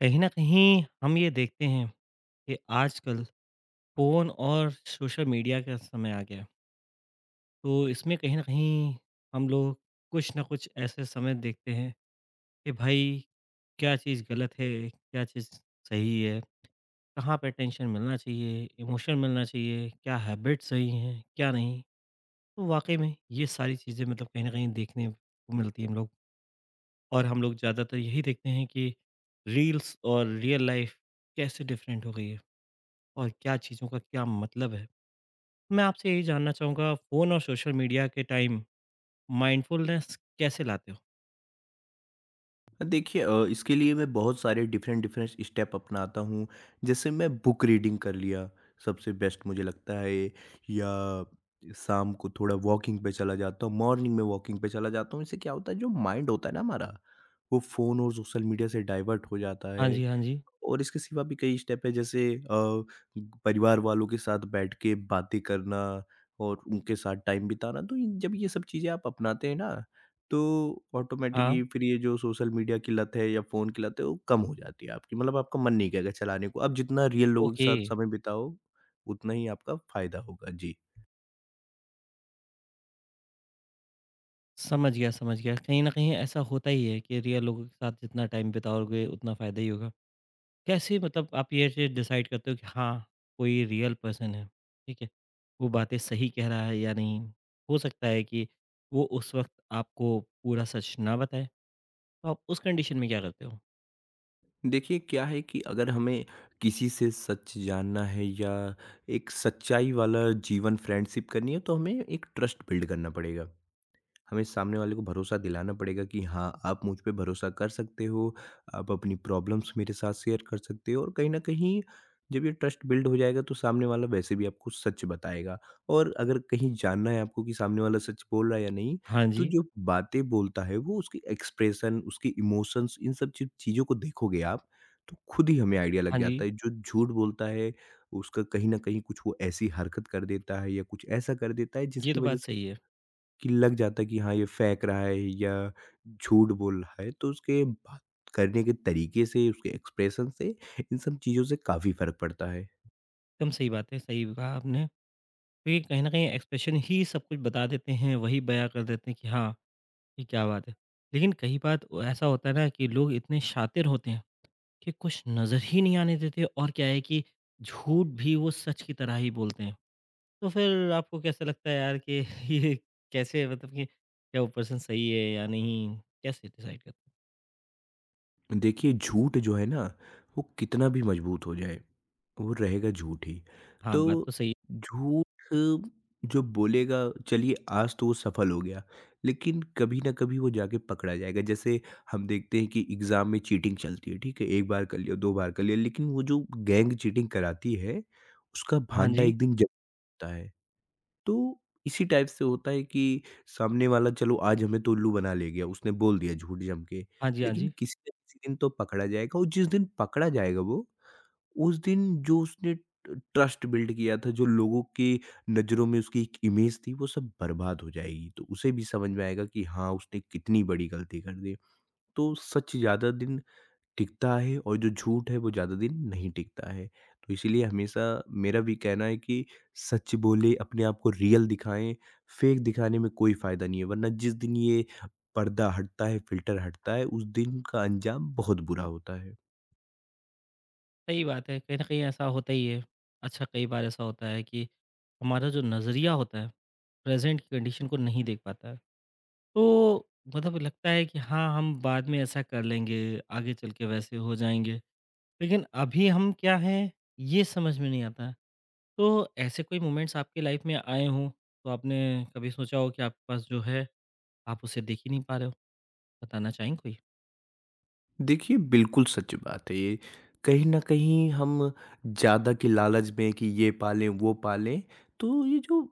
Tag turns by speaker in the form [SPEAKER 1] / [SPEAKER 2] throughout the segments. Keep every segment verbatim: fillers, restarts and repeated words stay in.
[SPEAKER 1] कहीं न कहीं हम ये देखते हैं कि आजकल फ़ोन और सोशल मीडिया का समय आ गया है। तो इसमें कहीं न कहीं हम लोग कुछ न कुछ ऐसे समय देखते हैं कि भाई क्या चीज़ गलत है, क्या चीज़ सही है, कहाँ पे अटेंशन मिलना चाहिए, इमोशन मिलना चाहिए, क्या हैबिट सही हैं, क्या नहीं। तो वाक़ई में ये सारी चीज़ें मतलब कहीं न कहीं देखने को मिलती हैं हम लोग। और हम लोग ज़्यादातर यही देखते हैं कि रील्स और रियल लाइफ़ कैसे डिफ़रेंट हो गई है। और क्या चीज़ों का क्या मतलब है? मैं आपसे यही जानना चाहूँगा, फ़ोन और सोशल मीडिया के टाइम माइंडफुलनेस कैसे लाते हो?
[SPEAKER 2] देखिए अ, इसके लिए मैं बहुत सारे डिफरेंट डिफरेंट स्टेप अपनाता हूँ। जैसे मैं बुक रीडिंग कर लिया सबसे बेस्ट मुझे लगता है, या शाम को थोड़ा वॉकिंग पे चला जाता हूँ, मॉर्निंग में वॉकिंग पे चला जाता हूँ। इससे क्या होता है, जो माइंड होता है ना हमारा, वो फ़ोन और सोशल मीडिया से डाइवर्ट हो जाता
[SPEAKER 1] हाँ
[SPEAKER 2] है।
[SPEAKER 1] जी, हाँ जी।
[SPEAKER 2] और इसके सिवा भी कई स्टेप है, जैसे अ, परिवार वालों के साथ बैठ के बातें करना और उनके साथ टाइम बिताना। तो इन- जब ये सब चीज़ें आप अपनाते हैं ना, तो ऑटोमेटिकली
[SPEAKER 1] हाँ,
[SPEAKER 2] फिर ये जो सोशल मीडिया की लत है या फ़ोन की लत है वो कम हो जाती है आपकी। मतलब आपका मन नहीं करेगा चलाने को। आप जितना रियल लोगों के
[SPEAKER 1] ओके।
[SPEAKER 2] साथ समय बिताओ उतना ही आपका फ़ायदा होगा जी।
[SPEAKER 1] समझ गया, समझ गया। कहीं न कहीं ऐसा होता ही है कि रियल लोगों के साथ जितना टाइम बिताओगे उतना फ़ायदा ही होगा। कैसे मतलब आप ये चीज़ डिसाइड करते हो कि हाँ, कोई रियल पर्सन है, ठीक है? वो बातें सही कह रहा है या नहीं? हो सकता है कि वो उस वक़्त आपको पूरा सच ना बताए, तो आप उस कंडीशन में क्या करते हो?
[SPEAKER 2] देखिए क्या है कि अगर हमें किसी से सच जानना है या एक सच्चाई वाला जीवन फ्रेंडशिप करनी है, तो हमें एक ट्रस्ट बिल्ड करना पड़ेगा। हमें सामने वाले को भरोसा दिलाना पड़ेगा कि हाँ, आप मुझ पे भरोसा कर सकते हो, आप अपनी प्रॉब्लम्स मेरे साथ शेयर कर सकते हो। और कहीं न कहीं जब ये ट्रस्ट बिल्ड हो जाएगा, तो सामने वाला वैसे भी आपको सच बताएगा। और अगर कहीं जानना है आपको कि सामने वाला सच बोल रहा है या नहीं,
[SPEAKER 1] हाँ
[SPEAKER 2] तो
[SPEAKER 1] जी,
[SPEAKER 2] जो बातें बोलता है वो, उसके एक्सप्रेशन, उसके इमोशंस, इन सब चीज़ चीज़ों को देखोगे आप, तो खुद ही हमें आइडिया लग
[SPEAKER 1] हाँ
[SPEAKER 2] जाता
[SPEAKER 1] जी।
[SPEAKER 2] है। जो झूठ बोलता है, उसका कहीं न कहीं कुछ वो ऐसी हरकत कर देता है या कुछ ऐसा कर देता है
[SPEAKER 1] ये
[SPEAKER 2] जिसकी
[SPEAKER 1] तो
[SPEAKER 2] वजह
[SPEAKER 1] बात
[SPEAKER 2] से
[SPEAKER 1] सही है।
[SPEAKER 2] कि लग जाता है कि हाँ, ये फेंक रहा है या झूठ बोल रहा है। तो उसके बात करने के तरीके से, उसके एक्सप्रेशन से, इन सब चीज़ों से काफ़ी फ़र्क पड़ता है।
[SPEAKER 1] एकदम सही बात है, सही कहा आपने। क्योंकि कहीं न कहीं एक्सप्रेशन ही सब कुछ बता देते हैं, वही बयाँ कर देते हैं कि हाँ, ये क्या बात है। लेकिन कई बात ओ ऐसा होता है ना कि लोग इतने शातिर होते हैं कि कुछ नज़र ही नहीं आने देते, और क्या है कि झूठ भी वो सच की तरह ही बोलते हैं। तो फिर आपको कैसा लगता है यार कि ये कैसे मतलब कि क्या वो पर्सन सही है या नहीं? कैसे डिसाइड करते हैं?
[SPEAKER 2] देखिए झूठ जो है ना, वो कितना भी मजबूत हो जाए, वो रहेगा झूठ ही।
[SPEAKER 1] हाँ,
[SPEAKER 2] तो
[SPEAKER 1] बात तो सही है।
[SPEAKER 2] झूठ जो बोलेगा, चलिए आज तो वो सफल हो गया, लेकिन कभी ना कभी वो जाके पकड़ा जाएगा। जैसे हम देखते हैं कि एग्ज़ाम में चीटिंग चलती है, ठीक है, एक बार कर लिया, दो बार कर लिया, लेकिन वो जो गैंग चीटिंग कराती है उसका
[SPEAKER 1] हाँ
[SPEAKER 2] भांटा
[SPEAKER 1] जी।
[SPEAKER 2] एक दिन जमता है। तो इसी टाइप से होता है कि सामने वाला, चलो आज हमें तो उल्लू बना ले गया, उसने बोल दिया झूठ जम के।
[SPEAKER 1] हाँ जी, हाँ
[SPEAKER 2] लेकिन
[SPEAKER 1] जी।
[SPEAKER 2] किसी न किसी दिन तो पकड़ा जाएगा, और जिस दिन पकड़ा जाएगा वो, उस दिन जो उसने ट ट्रस्ट बिल्ड किया था, जो लोगों की नज़रों में उसकी एक इमेज थी, वो सब बर्बाद हो जाएगी। तो उसे भी समझ में आएगा कि हाँ, उसने कितनी बड़ी गलती कर दी। तो सच ज़्यादा दिन टिकता है और जो झूठ है वो ज़्यादा दिन नहीं टिकता है। तो इसीलिए हमेशा मेरा भी कहना है कि सच बोलें, अपने आप को रियल दिखाएँ, फेक दिखाने में कोई फ़ायदा नहीं है। वरना जिस दिन ये पर्दा हटता है, फ़िल्टर हटता है, उस दिन का अंजाम बहुत बुरा होता है।
[SPEAKER 1] सही बात है, कहीं न कहीं ऐसा होता ही है। अच्छा, कई बार ऐसा होता है कि हमारा जो नज़रिया होता है, प्रेज़ेंट की कंडीशन को नहीं देख पाता है। तो मतलब लगता है कि हाँ, हम बाद में ऐसा कर लेंगे, आगे चल के वैसे हो जाएँगे। लेकिन अभी हम क्या हैं, ये समझ में नहीं आता है। तो ऐसे कोई मोमेंट्स आपकी लाइफ़ में आए हों, तो आपने कभी सोचा हो कि आपके पास जो है, आप उसे देख ही नहीं पा रहे हो? बताना चाहेंगे कोई?
[SPEAKER 2] देखिए, बिल्कुल सच बात है ये। कहीं न कहीं हम ज़्यादा के लालच में कि ये पालें, वो पालें, तो ये जो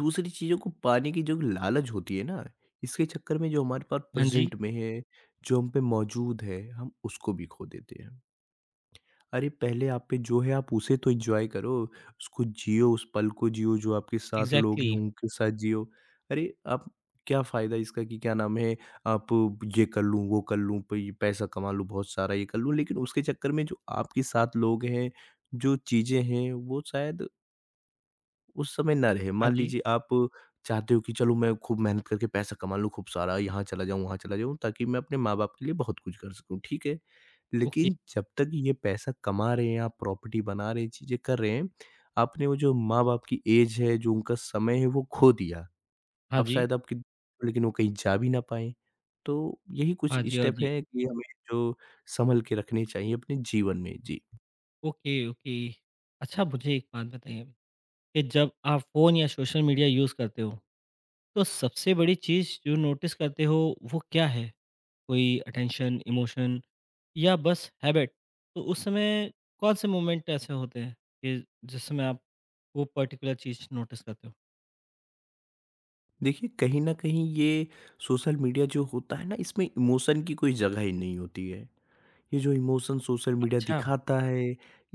[SPEAKER 2] दूसरी चीज़ों को पाने की जो लालच होती है ना, इसके चक्कर में जो हमारे पास
[SPEAKER 1] हाँ जी,
[SPEAKER 2] प्रेज़ेंट में है, जो हम पे मौजूद है, हम उसको भी खो देते हैं। अरे! पहले आप पे जो है आप उसे तो एन्जॉय करो, उसको जियो, उस पल को जियो, जो आपके साथ लोग हैं
[SPEAKER 1] एग्ज़ैक्टली।
[SPEAKER 2] उनके साथ जियो। अरे! आप, क्या फ़ायदा इसका कि, क्या नाम है, आप ये कर लूँ, वो कर लूँ, पई पैसा कमा लूँ बहुत सारा, ये कर लूँ, लेकिन उसके चक्कर में जो आपके साथ लोग हैं, जो चीज़ें हैं, वो शायद उस समय ना रहे।
[SPEAKER 1] हाँ
[SPEAKER 2] मान
[SPEAKER 1] जी,
[SPEAKER 2] लीजिए आप चाहते हो कि चलो मैं खूब मेहनत करके पैसा कमा लूँ खूब सारा, यहाँ चला जाऊँ, वहाँ चला जाऊँ, ताकि मैं अपने माँ-बाप के लिए बहुत कुछ कर सकूँ, ठीक है।
[SPEAKER 1] ओके।
[SPEAKER 2] लेकिन जब तक ये पैसा कमा रहे हैं, आप प्रॉपर्टी बना रहे हैं, चीज़ें कर रहे हैं, आपने वो जो माँ-बाप की एज है, जो उनका समय है वो खो दिया।
[SPEAKER 1] हाँ
[SPEAKER 2] अब
[SPEAKER 1] जी।
[SPEAKER 2] शायद आपकी, लेकिन वो कहीं जा भी ना पाएँ। तो यही कुछ
[SPEAKER 1] हाँ जी, हाँ
[SPEAKER 2] स्टेप
[SPEAKER 1] जी।
[SPEAKER 2] हैं कि हमें जो सँभल के रखने चाहिए अपने जीवन में। जी।
[SPEAKER 1] Okay, okay. अच्छा, मुझे एक बात बताइए कि जब आप फ़ोन या सोशल मीडिया यूज़ करते हो, तो सबसे बड़ी चीज़ जो नोटिस करते हो वो क्या है? कोई अटेंशन, इमोशन या बस हैबिट? तो उस समय कौन-से मोमेंट ऐसे होते हैं कि जिस समय आप वो पर्टिकुलर चीज़ नोटिस करते हो?
[SPEAKER 2] देखिए, कहीं न कहीं ये सोशल मीडिया जो होता है ना, इसमें इमोशन की कोई जगह ही नहीं होती है। ये जो इमोशन सोशल मीडिया
[SPEAKER 1] अच्छा,
[SPEAKER 2] दिखाता है,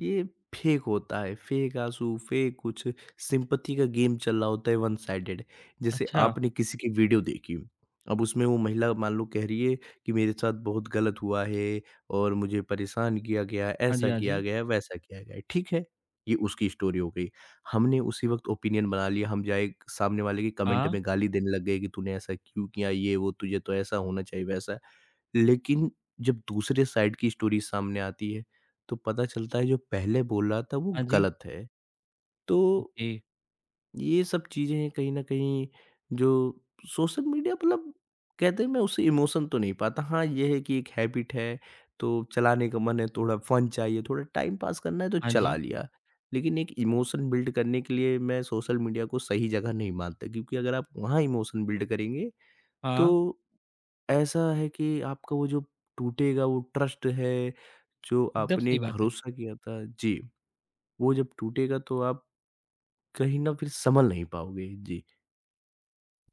[SPEAKER 2] ये फ़ेक होता है। फ़ेक आँसू, फ़ेक कुछ सिंपैथी का गेम चल रहा होता है वन साइडेड। जैसे
[SPEAKER 1] अच्छा।
[SPEAKER 2] आपने किसी की वीडियो देखी, अब उसमें वो महिला मान लो कह रही है कि मेरे साथ बहुत गलत हुआ है और मुझे परेशान किया गया,
[SPEAKER 1] हाँ जी,
[SPEAKER 2] ऐसा
[SPEAKER 1] हाँ
[SPEAKER 2] किया
[SPEAKER 1] जी।
[SPEAKER 2] गया, वैसा किया गया है, ठीक है, ये उसकी स्टोरी हो गई। हमने उसी वक़्त ओपिनियन बना लिया, हम जाए सामने वाले के कमेंट
[SPEAKER 1] हाँ,
[SPEAKER 2] में गाली देने लग गए कि तूने ऐसा क्यों किया, ये वो, तुझे तो ऐसा होना चाहिए, वैसा। लेकिन जब दूसरे साइड की स्टोरी सामने आती है, तो पता चलता है जो पहले बोल रहा था वो
[SPEAKER 1] हाँ जी।
[SPEAKER 2] गलत है। तो
[SPEAKER 1] ओके।
[SPEAKER 2] ये सब चीज़ें कहीं न कहीं, जो सोशल मीडिया, मतलब कहते हैं मैं उससे इमोशन तो नहीं पाता। हाँ, ये है कि एक हैबिट है, तो चलाने का मन है, थोड़ा फन चाहिए, थोड़ा टाइम पास करना है, तो
[SPEAKER 1] हाँ
[SPEAKER 2] चला
[SPEAKER 1] जी,
[SPEAKER 2] लिया। लेकिन एक इमोशन बिल्ड करने के लिए मैं सोशल मीडिया को सही जगह नहीं मानता, क्योंकि अगर आप वहाँ इमोशन बिल्ड करेंगे, तो
[SPEAKER 1] हाँ।
[SPEAKER 2] ऐसा है कि आपका वो जो टूटेगा वो ट्रस्ट है, जो
[SPEAKER 1] एकदम
[SPEAKER 2] आपने
[SPEAKER 1] सही
[SPEAKER 2] एक
[SPEAKER 1] बात है।
[SPEAKER 2] भरोसा किया था जी, वो जब टूटेगा तो आप कहीं न फिर संभल नहीं पाओगे। जी।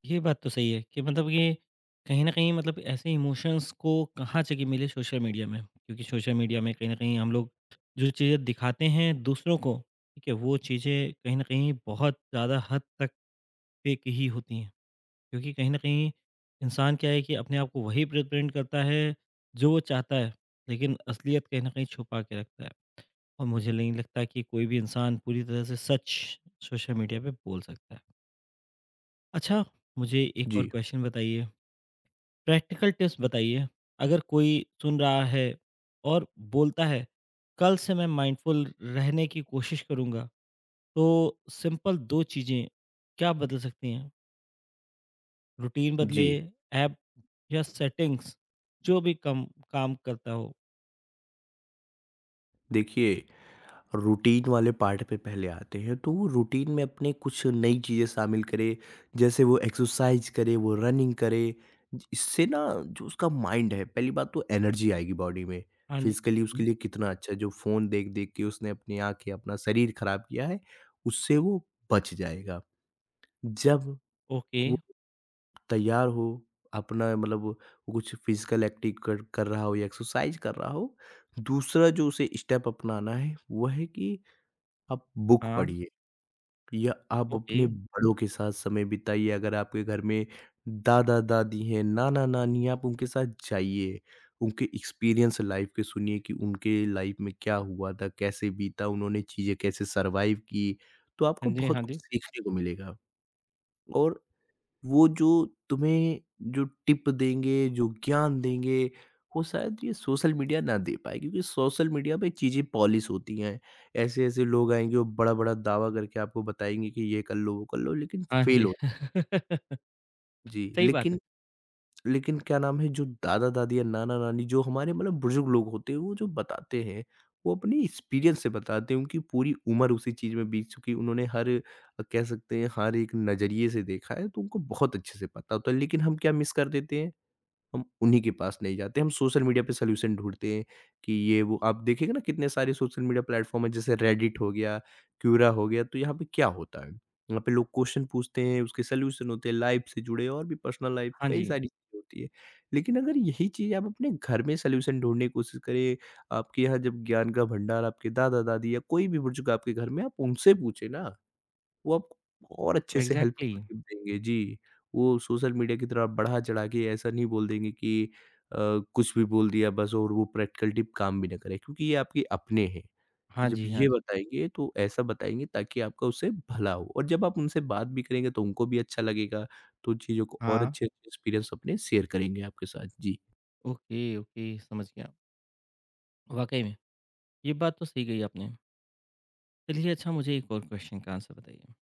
[SPEAKER 1] ये बात तो सही है कि मतलब ये कहीं न कहीं मतलब ऐसे इमोशंस को कहाँ जगह मिले सोशल मीडिया में। क्योंकि सोशल मीडिया में कहीं न कहीं हम लोग जो चीज़ें दिखाते हैं दूसरों को, ठीक है, वो चीज़ें कहीं न कहीं बहुत ज़्यादा हद तक फ़ेक ही होती हैं। क्योंकि कहीं न कहीं इंसान क्या है कि अपने आप को वही रिप्रेज़ेंट करता है जो वो चाहता है, लेकिन असलियत कहीं न कहीं छुपा के रखता है। और मुझे नहीं लगता कि कोई भी इंसान पूरी तरह से सच सोशल मीडिया पे बोल सकता है। अच्छा, मुझे एक और
[SPEAKER 2] जी,
[SPEAKER 1] क्वेश्चन बताइए, प्रैक्टिकल टिप्स बताइए। अगर कोई सुन रहा है और बोलता है कल से मैं माइंडफुल रहने की कोशिश करूंगा, तो सिंपल दो चीजें क्या बदल सकती हैं? रूटीन बदले,
[SPEAKER 2] जी।
[SPEAKER 1] ऐप या सेटिंग्स, जो भी कम काम करता हो।
[SPEAKER 2] देखिए, रूटीन वाले पार्ट पे पहले आते हैं, तो वो रूटीन में अपने कुछ नई चीज़ें शामिल करे, जैसे वो एक्सरसाइज़ करे, वो रनिंग करे। ज इससे ना जो उसका माइंड है, पहली बात तो एनर्जी आएगी बॉडी में,
[SPEAKER 1] हाँ जी।
[SPEAKER 2] फिज़िकली उसके
[SPEAKER 1] जी,
[SPEAKER 2] लिए कितना अच्छा है। जो फ़ोन देख-देख के उसने अपनी आँखें, अपना शरीर खराब किया है, उससे वो बच जाएगा। जब वो
[SPEAKER 1] ओके।
[SPEAKER 2] तैयार हो, अपना, मतलब वो कुछ फिज़िकल एक्टिव कर कर रहा हो या एक्सरसाइज़ कर रहा हो। दूसरा जो उसे स्टेप अपनाना है, वो है कि आप बुक
[SPEAKER 1] हाँ।
[SPEAKER 2] पढ़िए या आप
[SPEAKER 1] ओके।
[SPEAKER 2] अपने बड़ों के साथ समय बिताइए। अगर आपके घर में दादा-दादी हैं, नाना-नानी हैं, आप उनके साथ जाइए। उनके एक्सपीरियंस लाइफ़ के सुनिए कि उनके लाइफ़ में क्या हुआ था, कैसे बीता, उन्होंने चीज़ें कैसे सर्वाइव की। तो आपको
[SPEAKER 1] हाँ जी।
[SPEAKER 2] बहुत
[SPEAKER 1] हाँ
[SPEAKER 2] कुछ
[SPEAKER 1] जी।
[SPEAKER 2] सीखने को मिलेगा। और वो जो तुम्हें जो टिप देंगे, जो ज्ञान देंगे, वो शायद ये सोशल मीडिया ना दे पाए, क्योंकि सोशल मीडिया पे चीज़ें पॉलिश होती हैं। ऐसे-ऐसे लोग आएँगे वो बड़ा-बड़ा दावा करके आपको बताएँगे कि ये कर लो, वो कर लो, लेकिन
[SPEAKER 1] हाँ
[SPEAKER 2] फ़ेल
[SPEAKER 1] जी।
[SPEAKER 2] हो जी।
[SPEAKER 1] सही बात
[SPEAKER 2] लेकिन,
[SPEAKER 1] है।
[SPEAKER 2] लेकिन क्या नाम है, जो दादा-दादी या नाना-नानी, जो हमारे मतलब बुज़ुर्ग लोग होते हैं, वो जो बताते हैं, वो अपनी एक्सपीरियंस से बताते हैं। उनकी पूरी उम्र उसी चीज़ में बीत चुकी है। उन्होंने हर अ, कह सकते हैं हर एक नज़रिए से देखा है, तो उनको बहुत अच्छे से पता होता है। लेकिन हम क्या मिस कर देते हैं? हम उन्हीं के पास नहीं जाते, हम सोशल मीडिया पे सॉल्यूशन ढूँढते हैं कि ये वो, आप देखिएगा ना कितने सारे सोशल मीडिया प्लेटफ़ॉर्म हैं, जैसे रेडिट हो गया, क्यूरा हो गया, तो यहाँ पे क्या होता है? यहाँ पे लोग क्वेश्चन पूछते हैं, उसके सॉल्यूशन होते हैं, लाइफ़ से जुड़े और भी पर्सनल लाइफ़
[SPEAKER 1] हाँ
[SPEAKER 2] कई
[SPEAKER 1] जी।
[SPEAKER 2] सारी चीज़ें होती है। लेकिन अगर यही चीज़ आप अपने घर में सॉल्यूशन ढूँढने की कोशिश करें, आपके यहाँ जब ज्ञान का भंडार आपके दादा-दादी या कोई भी बुज़ुर्ग आपके घर में, आप उनसे पूछें ना, वो आपको और अच्छे से
[SPEAKER 1] एग्जैक्टली,
[SPEAKER 2] हेल्पफुल
[SPEAKER 1] exactly।
[SPEAKER 2] टिप देंगे। जी, वो सोशल मीडिया की तरह बढ़ा-चढ़ा के ऐसा नहीं बोल देंगे कि अ, कुछ भी बोल दिया बस, और वो प्रैक्टिकल टिप काम भी ना करे, क्योंकि ये आपके अपने हैं।
[SPEAKER 1] हाँ
[SPEAKER 2] जब
[SPEAKER 1] जी, हाँ
[SPEAKER 2] ये
[SPEAKER 1] जी।
[SPEAKER 2] बताएँगे तो ऐसा बताएँगे ताकि आपका उससे भला हो, और जब आप उनसे बात भी करेंगे तो उनको भी अच्छा लगेगा, तो चीज़ों को और
[SPEAKER 1] हाँ।
[SPEAKER 2] अच्छे अच्छे एक्सपीरियंस अपने शेयर करेंगे आपके साथ। जी।
[SPEAKER 1] ओके, ओके, समझ गया। वाकई में ये बात तो सही कही आपने। चलिए, अच्छा मुझे एक और क्वेश्चन का आंसर बताइए।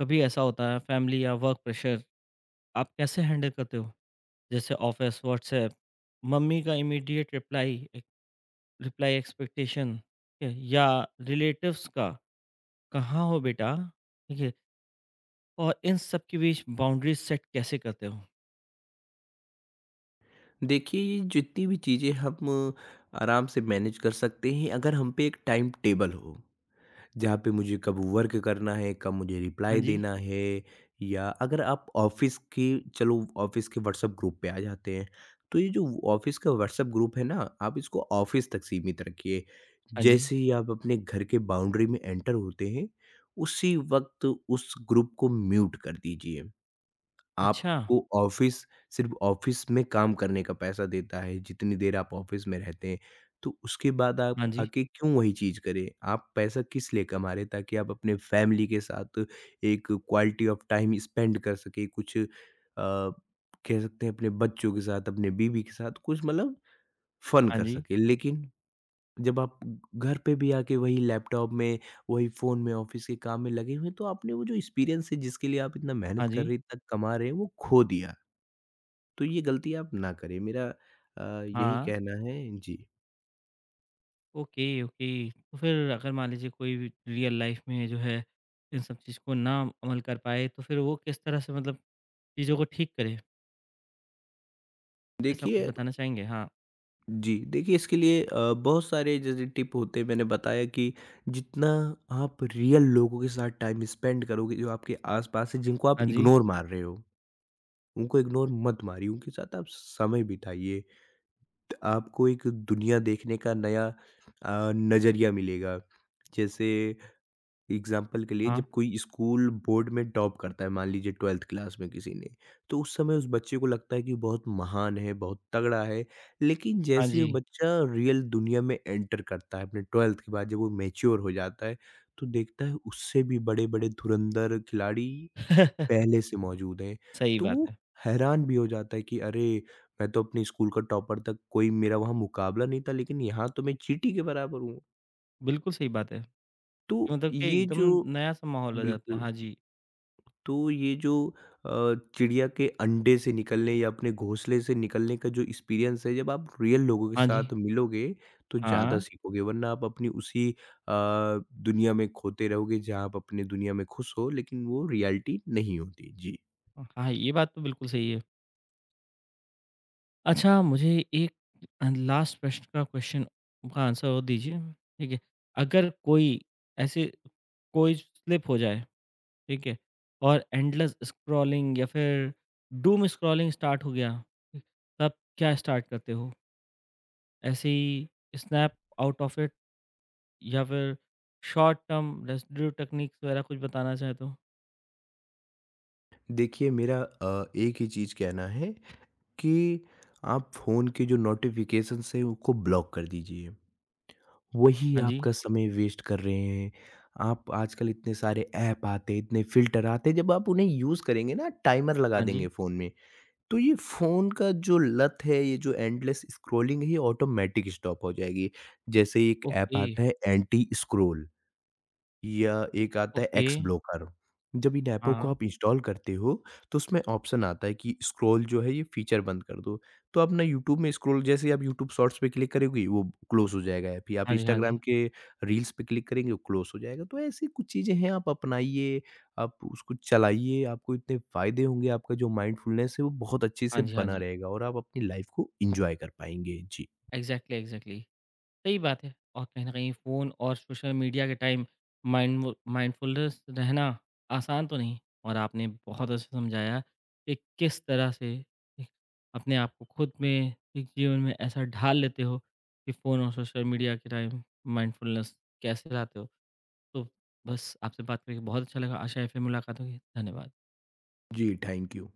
[SPEAKER 1] कभी ऐसा होता है फैमिली या वर्क प्रेशर, आप कैसे हैंडल करते हो? जैसे ऑफिस, व्हाट्सऐप, मम्मी का इमीडिएट रिप्लाई, एक रिप्लाई एक्सपेक्टेशन, ठीक है? या रिलेटिव्स का, कहाँ हो बेटा? ठीक है? और इन सब के बीच बाउंड्रीज सेट कैसे करते हो?
[SPEAKER 2] देखिए, ये जितनी भी चीज़ें हम आराम से मैनेज कर सकते हैं अगर हम पे एक टाइम टेबल हो, जहाँ पे मुझे कब वर्क करना है, कब मुझे
[SPEAKER 1] हाँ
[SPEAKER 2] रिप्लाई
[SPEAKER 1] जी,
[SPEAKER 2] देना है। या अगर आप ऑफ़िस के, चलो ऑफ़िस के व्हाट्सएप ग्रुप पे आ जाते हैं, तो ये जो ऑफ़िस का व्हाट्सएप ग्रुप है ना, आप इसको ऑफ़िस तक सीमित रखिए।
[SPEAKER 1] हाँ जी।
[SPEAKER 2] जैसे ही आप अपने घर के बाउंड्री में एंटर होते हैं, उसी वक़्त उस ग्रुप को म्यूट कर दीजिए।
[SPEAKER 1] अच्छा,
[SPEAKER 2] आपको ऑफ़िस सिर्फ़ ऑफ़िस में काम करने का पैसा देता है, जितनी देर आप ऑफ़िस में रहते हैं। तो उसके बाद आप
[SPEAKER 1] हाँ जी,
[SPEAKER 2] आके क्यों वही चीज़ करें? आप पैसा किस लिए कमा रहे हैं? ताकि आप अपने फ़ैमिली के साथ एक क्वालिटी ऑफ़ टाइम स्पेंड कर सकें, कुछ अ, कह सकते हैं अपने बच्चों के साथ, अपने बीवी के साथ कुछ, मतलब फ़न
[SPEAKER 1] हाँ
[SPEAKER 2] कर
[SPEAKER 1] जी, हाँ जी,
[SPEAKER 2] सकें। लेकिन जब आप घर पे भी आके वही लैपटॉप में, वही फ़ोन में, ऑफ़िस के काम में लगे हुए हैं, तो आपने वो जो एक्सपीरियंस है जिसके लिए आप इतना
[SPEAKER 1] हाँ
[SPEAKER 2] मेहनत कर
[SPEAKER 1] जी,
[SPEAKER 2] रहे हैं, इतना कमा रहे हैं, वो खो दिया। तो ये गलती आप ना करें, मेरा अ, यही
[SPEAKER 1] हाँ।
[SPEAKER 2] कहना है। जी।
[SPEAKER 1] Okay, okay. तो फिर अगर मान लीजिए कोई भी रियल लाइफ में जो है इन सब चीज़ को ना अमल कर पाए, तो फिर वो किस तरह से मतलब चीज़ों को ठीक करे? ऐसा कुछ
[SPEAKER 2] देखिए
[SPEAKER 1] बताना चाहेंगे? हाँ।
[SPEAKER 2] जी, देखिए इसके लिए अ, बहुत सारे जैसे टिप होते हैं, मैंने बताया कि जितना आप रियल लोगों के साथ टाइम स्पेंड करोगे, जो आपके आस-पास हैं, जिनको आप
[SPEAKER 1] हाँ जी।
[SPEAKER 2] इग्नोर मार रहे हो, उनको इग्नोर मत मारिए, उनके साथ आप समय बिताइए। आपको एक दुनिया देखने का नया अ, नज़रिया मिलेगा। जैसे एग्ज़ाम्पल के लिए जब
[SPEAKER 1] हाँ।
[SPEAKER 2] कोई स्कूल बोर्ड में टॉप करता है, मान लीजिए बारहवीं क्लास में किसी ने, तो उस समय उस बच्चे को लगता है कि बहुत महान है, बहुत तगड़ा है। लेकिन
[SPEAKER 1] हाँ
[SPEAKER 2] जैसे ही वो
[SPEAKER 1] जी।
[SPEAKER 2] बच्चा रियल दुनिया में एंटर करता है अपने बारहवीं के बाद, जब वो मैच्योर हो जाता है, तो देखता है उससे भी बड़े-बड़े धुरंधर खिलाड़ी पहले से मौजूद हैं।
[SPEAKER 1] सही
[SPEAKER 2] तो
[SPEAKER 1] बात
[SPEAKER 2] वो
[SPEAKER 1] है।
[SPEAKER 2] हैरान भी हो जाता है कि अरे! मैं तो अपने स्कूल का टॉपर था, कोई मेरा वहाँ मुकाबला नहीं था, लेकिन यहाँ तो मैं चींटी के बराबर हूँ।
[SPEAKER 1] बिल्कुल सही बात है
[SPEAKER 2] तो
[SPEAKER 1] कि मतलब कि
[SPEAKER 2] ये
[SPEAKER 1] एकदम
[SPEAKER 2] जो
[SPEAKER 1] नया सा माहौल आ जाता
[SPEAKER 2] बिल्कुल,
[SPEAKER 1] है। हाँ जी,
[SPEAKER 2] तो ये जो अ, चिड़िया के अंडे से निकलने या अपने घोंसले से निकलने का जो एक्सपीरियंस है, जब आप रियल लोगों के
[SPEAKER 1] हाँ जी।
[SPEAKER 2] साथ मिलोगे, तो ज़्यादा
[SPEAKER 1] हाँ।
[SPEAKER 2] सीखोगे, वरना आप अपनी उसी अ, दुनिया में खोते रहोगे, जहाँ आप अपने दुनिया में खुश हो, लेकिन वो रियलिटी नहीं होती। जी।
[SPEAKER 1] हाँ, ये बात तो बिल्कुल सही है। अच्छा, मुझे एक लास्ट प्रश्न का क्वेश्चन का आंसर और दीजिए, ठीक है? अगर कोई ऐसे कोई स्लिप हो जाए, ठीक है? और एंडलेस स्क्रॉलिंग या फिर डूम स्क्रॉलिंग स्टार्ट हो गया, ठीक, तब क्या स्टार्ट करते हो? ऐसे ही स्नैप आउट ऑफ इट या फिर शॉर्ट टर्म रेसिड्यू टेक्निक्स वगैरह कुछ बताना चाहें तो?
[SPEAKER 2] देखिए मेरा अ, एक ही चीज़ कहना है कि आप फ़ोन के जो नोटिफ़िकेशंस हैं उनको ब्लॉक कर दीजिए। वही
[SPEAKER 1] हाँ जी,
[SPEAKER 2] आपका समय वेस्ट कर रहे हैं। आप, आजकल इतने सारे ऐप आते हैं, इतने फ़िल्टर आते हैं, जब आप उन्हें यूज़ करेंगे ना, टाइमर लगा
[SPEAKER 1] हाँ
[SPEAKER 2] देंगे
[SPEAKER 1] जी।
[SPEAKER 2] फ़ोन में, तो ये फ़ोन का जो लत है, ये जो एंडलेस स्क्रॉलिंग है ये ऑटोमेटिक स्टॉप हो जाएगी। जैसे एक ऐप
[SPEAKER 1] ओके,
[SPEAKER 2] आता है एंटी स्क्रॉल, या एक आता है
[SPEAKER 1] ओके।
[SPEAKER 2] X blocker. जब इन ऐपों
[SPEAKER 1] हाँ,
[SPEAKER 2] को
[SPEAKER 1] हाँ।
[SPEAKER 2] आप इंस्टॉल करते हो, तो उसमें ऑप्शन आता है कि स्क्रॉल जो है ये फीचर बंद कर दो। तो आप ना यूट्यूब में स्क्रॉल, जैसे ही आप यूट्यूब शॉर्ट्स पे क्लिक करोगे वो क्लोज़ हो जाएगा ऐप। या आप
[SPEAKER 1] हाँ जी, हाँ
[SPEAKER 2] इंस्टाग्राम
[SPEAKER 1] जी।
[SPEAKER 2] के रील्स पे क्लिक करेंगे वो क्लोज़ हो जाएगा। तो ऐसी कुछ चीज़ें हैं आप अपनाइए, आप उसको चलाइए, आपको इतने फ़ायदे होंगे, आपका जो माइंडफुलनेस है वो बहुत अच्छे से
[SPEAKER 1] हाँ जी, हाँ
[SPEAKER 2] बना
[SPEAKER 1] जी।
[SPEAKER 2] रहेगा और आप अपनी लाइफ़ को एन्जॉय कर पाएँगे। जी।
[SPEAKER 1] Exactly, exactly. सही बात है, और कहीं न कहीं फ़ोन और सोशल मीडिया के टाइम माइंडव माइंडफुलनेस रहना आसान तो नहीं, और आपने बहुत अच्छा समझाया कि किस तरह से एक अपने आप को खुद में एक जीवन में ऐसा ढाल लेते हो कि फ़ोन और सोशल मीडिया के टाइम माइंडफुलनेस कैसे लाते हो। तो बस आपसे बात करके बहुत अच्छा लगा। आशा है फिर मुलाकात होगी। धन्यवाद।
[SPEAKER 2] जी, थैंक यू।